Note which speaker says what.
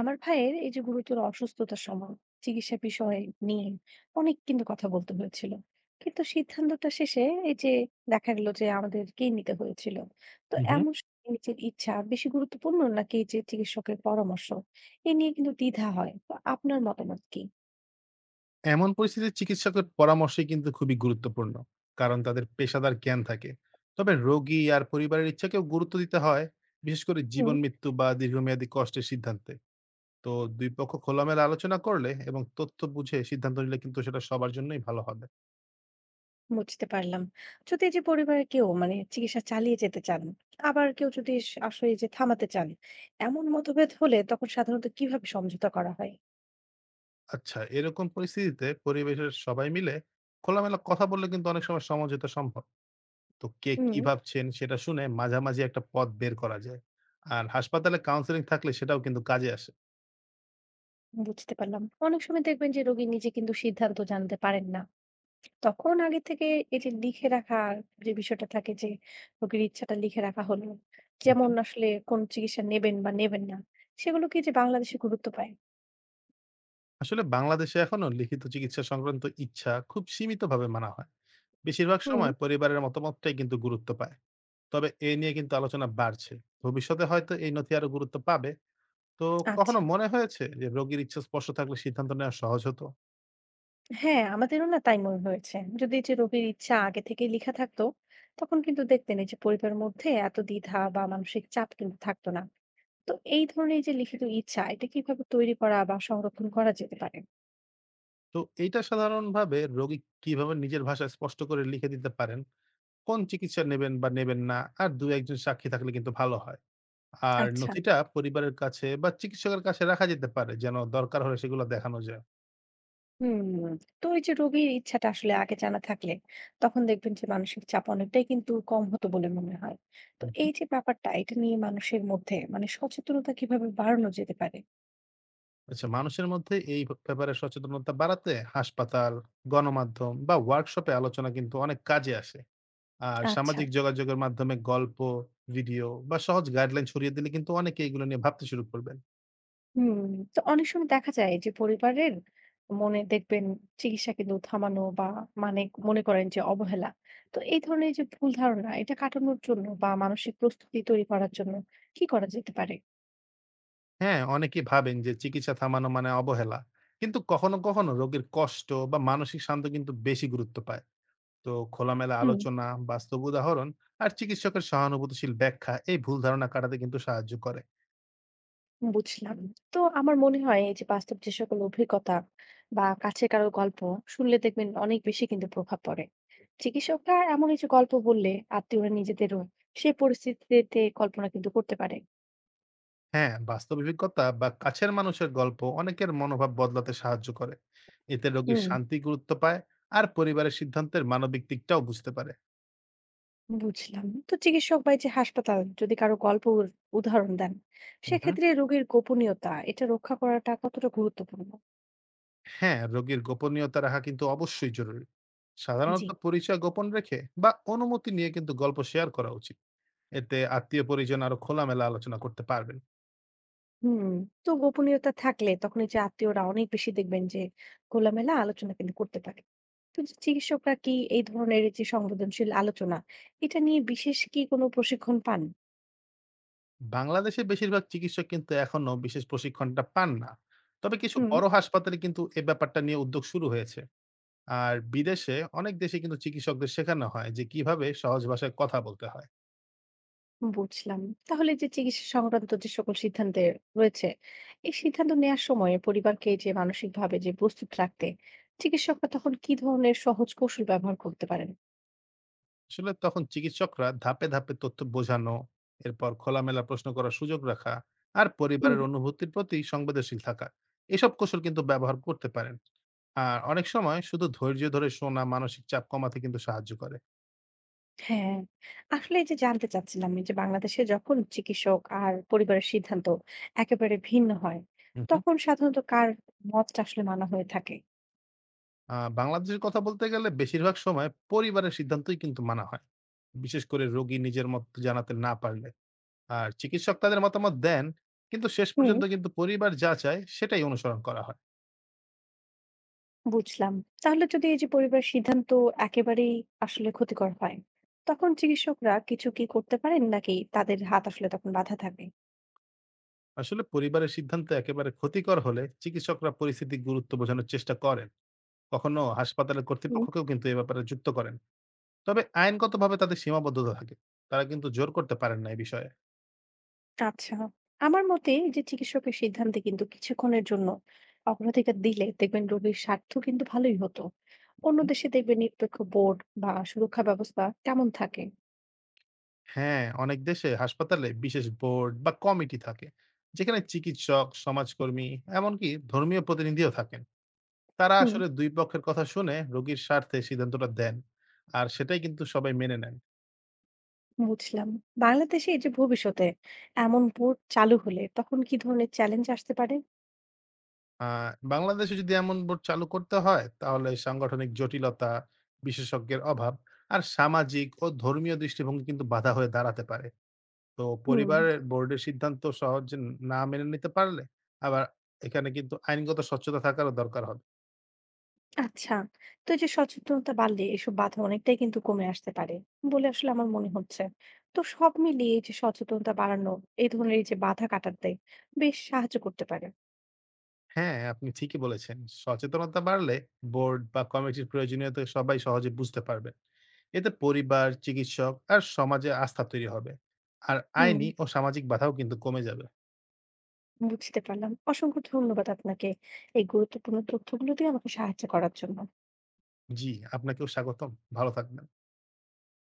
Speaker 1: আমার ভাইয়ের এই যে গুরুতর অসুস্থতার সময় চিকিৎসা বিষয় নিয়ে অনেক কিন্তু কথা বলতে হয়েছিল, কিন্তু সিদ্ধান্তটা শেষে এই যে দেখা গেল যে আমাদেরকেই নিতে হয়েছিল। তো
Speaker 2: হু, হু।
Speaker 1: এমন সময় নিজের ইচ্ছা বেশি গুরুত্বপূর্ণ নাকি এই যে চিকিৎসকের পরামর্শ, এ নিয়ে কিন্তু দ্বিধা হয়, তো আপনার মতামত কি?
Speaker 2: এমন পরিস্থিতিতে চিকিৎসকের পরামর্শই কিন্তু খুবই গুরুত্বপূর্ণ। কারণ তাদের পেশাদার জ্ঞান থাকে। তবে রোগী আর পরিবারের ইচ্ছাকেও গুরুত্ব দিতে হয়, বিশেষ করে
Speaker 1: হুম,
Speaker 2: জীবন মৃত্যু বা দীর্ঘমেয়াদী কষ্টের সিদ্ধান্তে। তো ২ পক্ষ খোলামেলা আলোচনা করলে এবং তথ্য বুঝে সিদ্ধান্ত নিলে কিন্তু সেটা সবার জন্যই ভালো হবে।
Speaker 1: বুঝতে পারলাম। যদি এই যে পরিবারের কেউ মানে চিকিৎসা চালিয়ে যেতে চান আবার কেউ যদি আসলে এই যে থামাতে চান, এমন মতভেদ হলে তখন সাধারণত কিভাবে সমঝোতা করা হয়?
Speaker 2: আচ্ছা, এরকম পরিস্থিতিতে পরিবেশের সবাই মিলে খোলামেলা কথা বললে কিন্তু অনেক সময় সমঝোতা সম্ভব। তো কে কি
Speaker 1: হুম,
Speaker 2: ভাবছেন সেটা শুনে মাঝামাঝি একটা পথ বের করা যায়। আর হাসপাতালে কাউন্সেলিং থাকলে সেটাও কিন্তু কাজে আসে।
Speaker 1: বুঝতে পারলাম। অনেক সময় দেখবেন যে রোগী নিজে কিন্তু সিদ্ধান্ত জানতে পারেন না। তখন আগে থেকে এই যে লিখে রাখা, যে বিষয়টা থাকে যে রোগীর ইচ্ছাটা লিখে রাখা হলো। যেমন আসলে কোন চিকিৎসা নেবেন বা নেবেন না। সেগুলো কি যে বাংলাদেশে গুরুত্ব পায়?
Speaker 2: আসলে বাংলাদেশে এখনো লিখিত চিকিৎসা সংক্রান্ত ইচ্ছা খুব সীমিতভাবে মানা হয়, বেশিরভাগ
Speaker 1: হুম।
Speaker 2: সময় পরিবারের মতামতটাই কিন্তু গুরুত্ব পায়। তবে এ নিয়ে কিন্তু আলোচনা বাড়ছে, ভবিষ্যতে হয়তো এই নথি আরো গুরুত্ব পাবে। তো কখনো
Speaker 1: আচ্ছা।
Speaker 2: মনে হয়েছে যে রোগীর ইচ্ছা স্পষ্ট থাকলে সিদ্ধান্ত নেওয়া সহজ হতো?
Speaker 1: হ্যাঁ, আমাদেরও না তাই মনে হয়েছে। যদি এই যে রোগীর ইচ্ছা আগে থেকেই লিখা থাকতো, তখন কিন্তু দেখতেন এই যে পরিবারের মধ্যে এত দ্বিধা বা মানসিক চাপ কিন্তু থাকতো না। তো এই ধরনের যে লিখিত ইচ্ছা এটা কিভাবে তৈরি করা বা সংরক্ষণ করা যেতে পারে?
Speaker 2: তো এইটা সাধারণভাবে রোগী কিভাবে নিজের ভাষায় স্পষ্ট করে লিখে দিতে পারেন, কোন চিকিৎসা নেবেন বা নেবেন না, আর দু একজন সাক্ষী থাকলে কিন্তু ভালো হয়। আর
Speaker 1: আচ্ছা।
Speaker 2: নথিটা পরিবারের কাছে বা চিকিৎসকের কাছে রাখা যেতে পারে যেন দরকার হলে সেগুলো দেখানো যায়।
Speaker 1: হুম, তো এই যে রোগীর ইচ্ছাটা আসলে আগে জানা থাকলে তখন দেখবেন যে মানসিক চাপ অনেকটাই কিন্তু কম হতো বলে মনে হয়। তো
Speaker 2: হুম হুম।
Speaker 1: এই যে ব্যাপারটা এটা নিয়ে মানুষের মধ্যে মানে সচেতনতা কিভাবে বাড়ানো যেতে পারে?
Speaker 2: আচ্ছা, মানুষের মধ্যে এই ব্যাপারে সচেতনতা বাড়াতে হাসপাতাল, গণমাধ্যম বা ওয়ার্কশপে আলোচনা কিন্তু অনেক কাজে আসে। আর
Speaker 1: আচ্ছা।
Speaker 2: সামাজিক যোগাযোগের মাধ্যমে গল্প, ভিডিও বা সহজ গাইডলাইন ছড়িয়ে দিলে কিন্তু অনেকে এগুলো নিয়ে ভাবতে শুরু করবেন।
Speaker 1: হুম। তো অনেক সময় দেখা যায় যে পরিবারের মনে দেখবেন চিকিৎসা কিন্তু থামানো বা মানে মনে করেন যে অবহেলা, তো এই ধরনের যে ভুল ধারণা এটা কাটানোর জন্য বা মানসিক প্রস্তুতি তৈরি করার জন্য কি করা যেতে পারে?
Speaker 2: হ্যাঁ, অনেকেই ভাবেন যে চিকিৎসা থামানো মানে অবহেলা। কিন্তু কখনো রোগীর কষ্ট বা মানসিক শান্ত কিন্তু বেশি গুরুত্ব পায়। তো খোলামেলা
Speaker 1: হুম,
Speaker 2: আলোচনা, বাস্তব উদাহরণ আর চিকিৎসকের সহানুভূতিশীল ব্যাখ্যা এই ভুল ধারণা কাটাতে কিন্তু সাহায্য করে।
Speaker 1: বুঝলাম। তো আমার মনে হয় এই যে বাস্তব যে সকল অভিজ্ঞতা বা কাছের কারো গল্প শুনলে দেখবেন অনেক বেশি কিন্তু প্রভাব পড়ে। চিকিৎসকরা এমন এই যে গল্প বললে আত্মীয়রা নিজেদেরও সেই পরিস্থিতিতে কল্পনা কিন্তু করতে পারে।
Speaker 2: হ্যাঁ, বাস্তব অভিজ্ঞতা বা কাছের মানুষের গল্প অনেকের মনোভাব বদলাতে সাহায্য করে। এতে রোগীর
Speaker 1: হুম,
Speaker 2: শান্তি গুরুত্ব পায় আর পরিবারের সিদ্ধান্তের মানবিক দিকটাও বুঝতে পারে।
Speaker 1: বুঝলাম। তো চিকিৎসক বা এই যে হাসপাতাল যদি কারো গল্প উদাহরণ দেন,
Speaker 2: হুম।
Speaker 1: সেক্ষেত্রে রোগীর গোপনীয়তা এটা রক্ষা করাটা কতটা গুরুত্বপূর্ণ?
Speaker 2: হ্যাঁ, রোগীর গোপনীয়তা রাখা কিন্তু অবশ্যই জরুরি।
Speaker 1: জি।
Speaker 2: সাধারণত পরিচয় গোপন রেখে বা অনুমতি নিয়ে কিন্তু গল্প শেয়ার করা উচিত। এতে আত্মীয়-পরিজন আরো খোলামেলা আলোচনা করতে পারবেন।
Speaker 1: হুম। তো গোপনীয়তা থাকলে তখন এই যে আত্মীয়রা অনেক বেশি দেখবেন যে খোলামেলা আলোচনা কিন্তু করতে পারে। তো যে চিকিৎসকরা কি এই ধরনের যে সংবেদনশীল আলোচনা এটা নিয়ে বিশেষ কি কোনো প্রশিক্ষণ পান?
Speaker 2: বাংলাদেশে বেশিরভাগ চিকিৎসক কিন্তু এখনো বিশেষ প্রশিক্ষণটা পান না। তবে কিছু
Speaker 1: হুম,
Speaker 2: বড় হাসপাতালে কিন্তু এ ব্যাপারটা নিয়ে উদ্যোগ শুরু হয়েছে। আর বিদেশে অনেক দেশে কিন্তু চিকিৎসকদের শেখানো হয় যে কিভাবে সহজ ভাষায় কথা বলতে হয়।
Speaker 1: বুঝলাম। তাহলে যে চিকিৎসা সংক্রান্ত যে সকল সিদ্ধান্তে রয়েছে, এই সিদ্ধান্ত নেয়ার সময় পরিবারকে যে মানসিকভাবে যে প্রস্তুত রাখতে চিকিৎসকরা তখন কি ধরনের সহজ কৌশল ব্যবহার করতে পারেন?
Speaker 2: আসলে তখন চিকিৎসকরা ধাপে ধাপে তথ্য বোঝানো, এরপর খোলামেলা প্রশ্ন করার সুযোগ রাখা, আর
Speaker 1: হুম।
Speaker 2: পরিবারের অনুভূতির প্রতি সংবেদনশীল থাকা এসব কৌশল কিন্তু ব্যবহার করতে পারেন। আর অনেক সময় শুধু ধৈর্য ধরে শোনা মানসিক চাপ কমাতে কিন্তু সাহায্য করে।
Speaker 1: হ্যাঁ, আসলে এই যে জানতে চাচ্ছিলাম এই যে বাংলাদেশে যখন চিকিৎসক আর পরিবারের সিদ্ধান্ত একেবারে ভিন্ন হয়,
Speaker 2: হুম হুম।
Speaker 1: তখন সাধারণত কার মতটা আসলে মানা হয়ে থাকে?
Speaker 2: বাংলাদেশের কথা বলতে গেলে বেশিরভাগ সময় পরিবারের সিদ্ধান্তই কিন্তু মানা হয়, বিশেষ করে রোগী নিজের মত জানাতে না পারলে। আর চিকিৎসক তাদের মতামত দেন, কিন্তু শেষ
Speaker 1: হুম,
Speaker 2: পর্যন্ত কিন্তু পরিবার যা চায় সেটাই অনুসরণ করা হয়।
Speaker 1: বুঝলাম। তাহলে যদি এই যে পরিবারের সিদ্ধান্ত একেবারেই আসলে ক্ষতিকর হয়, তখন চিকিৎসকরা কিছু কি করতে পারেন নাকি তাদের হাত আসলে তখন বাঁধা থাকে?
Speaker 2: আসলে পরিবারের সিদ্ধান্ত একেবারে ক্ষতিকর হলে চিকিৎসকরা পরিস্থিতির গুরুত্ব বোঝানোর চেষ্টা করেন। কখনো হাসপাতালের
Speaker 1: হুম।
Speaker 2: কর্তৃপক্ষকেও কিন্তু এ ব্যাপারে যুক্ত করেন। তবে আইনগতভাবে তাদের সীমাবদ্ধতা থাকে। তারা কিন্তু জোর করতে পারেন না এই বিষয়ে।
Speaker 1: আচ্ছা। আমার মতে এই যে চিকিৎসকের সিদ্ধান্তে কিন্তু কিছুক্ষণের জন্য অগ্রাধিকার দিলে দেখবেন রোগীর স্বার্থ কিন্তু ভালোই হতো। অন্য
Speaker 2: হুম।
Speaker 1: দেশে দেখবেন নিরপেক্ষ বোর্ড বা সুরক্ষা ব্যবস্থা কেমন থাকে?
Speaker 2: হ্যাঁ, অনেক দেশে হাসপাতালে বিশেষ বোর্ড বা কমিটি থাকে, যেখানে চিকিৎসক, সমাজকর্মী এমনকি ধর্মীয় প্রতিনিধিও থাকেন। তারা
Speaker 1: হুম।
Speaker 2: আসলে ২ পক্ষের কথা শুনে রোগীর স্বার্থে সিদ্ধান্তটা দেন। আর সেটাই কিন্তু সবাই মেনে নেন।
Speaker 1: বুঝলাম। বাংলাদেশে এই যে ভবিষ্যতে এমন বোর্ড চালু হলে তখন কি ধরনের চ্যালেঞ্জ আসতে পারে?
Speaker 2: আ বাংলাদেশে যদি এমন বোর্ড চালু করতে হয় তাহলে সাংগঠনিক জটিলতা, বিশেষজ্ঞের অভাব আর সামাজিক ও ধর্মীয় দৃষ্টিভঙ্গি কিন্তু বাধা হয়ে দাঁড়াতে পারে। তো
Speaker 1: হুম।
Speaker 2: পরিবারের বোর্ডের সিদ্ধান্ত সহজে না মেনে নিতে পারলে, আবার এখানে কিন্তু আইনগত স্বচ্ছতা থাকারও দরকার হবে।
Speaker 1: আচ্ছা। তো এই যে সচেতনতা বাড়লে এসব বাধা অনেকটাই কিন্তু কমে আসতে পারে বলে আসলে আমার মনে হচ্ছে। তো সব মিলিয়ে এই যে সচেতনতা বাড়ানো এই ধরনের এই যে বাধা কাটাতে বেশ সাহায্য করতে পারে।
Speaker 2: হ্যাঁ, আপনি ঠিকই বলেছেন। সচেতনতা বাড়লে বোর্ড বা কমিটির প্রয়োজনীয়তা সবাই সহজে বুঝতে পারবেন। এতে পরিবার, চিকিৎসক আর সমাজে আস্থা তৈরি হবে। আর
Speaker 1: হুম,
Speaker 2: আইনি ও সামাজিক বাধাও কিন্তু কমে যাবে।
Speaker 1: বুঝতে পারলাম। অসংখ্য ধন্যবাদ আপনাকে এই গুরুত্বপূর্ণ তথ্যগুলো দিয়ে আমাকে সাহায্য করার জন্য।
Speaker 2: জি, আপনাকেও স্বাগতম। ভালো থাকবেন।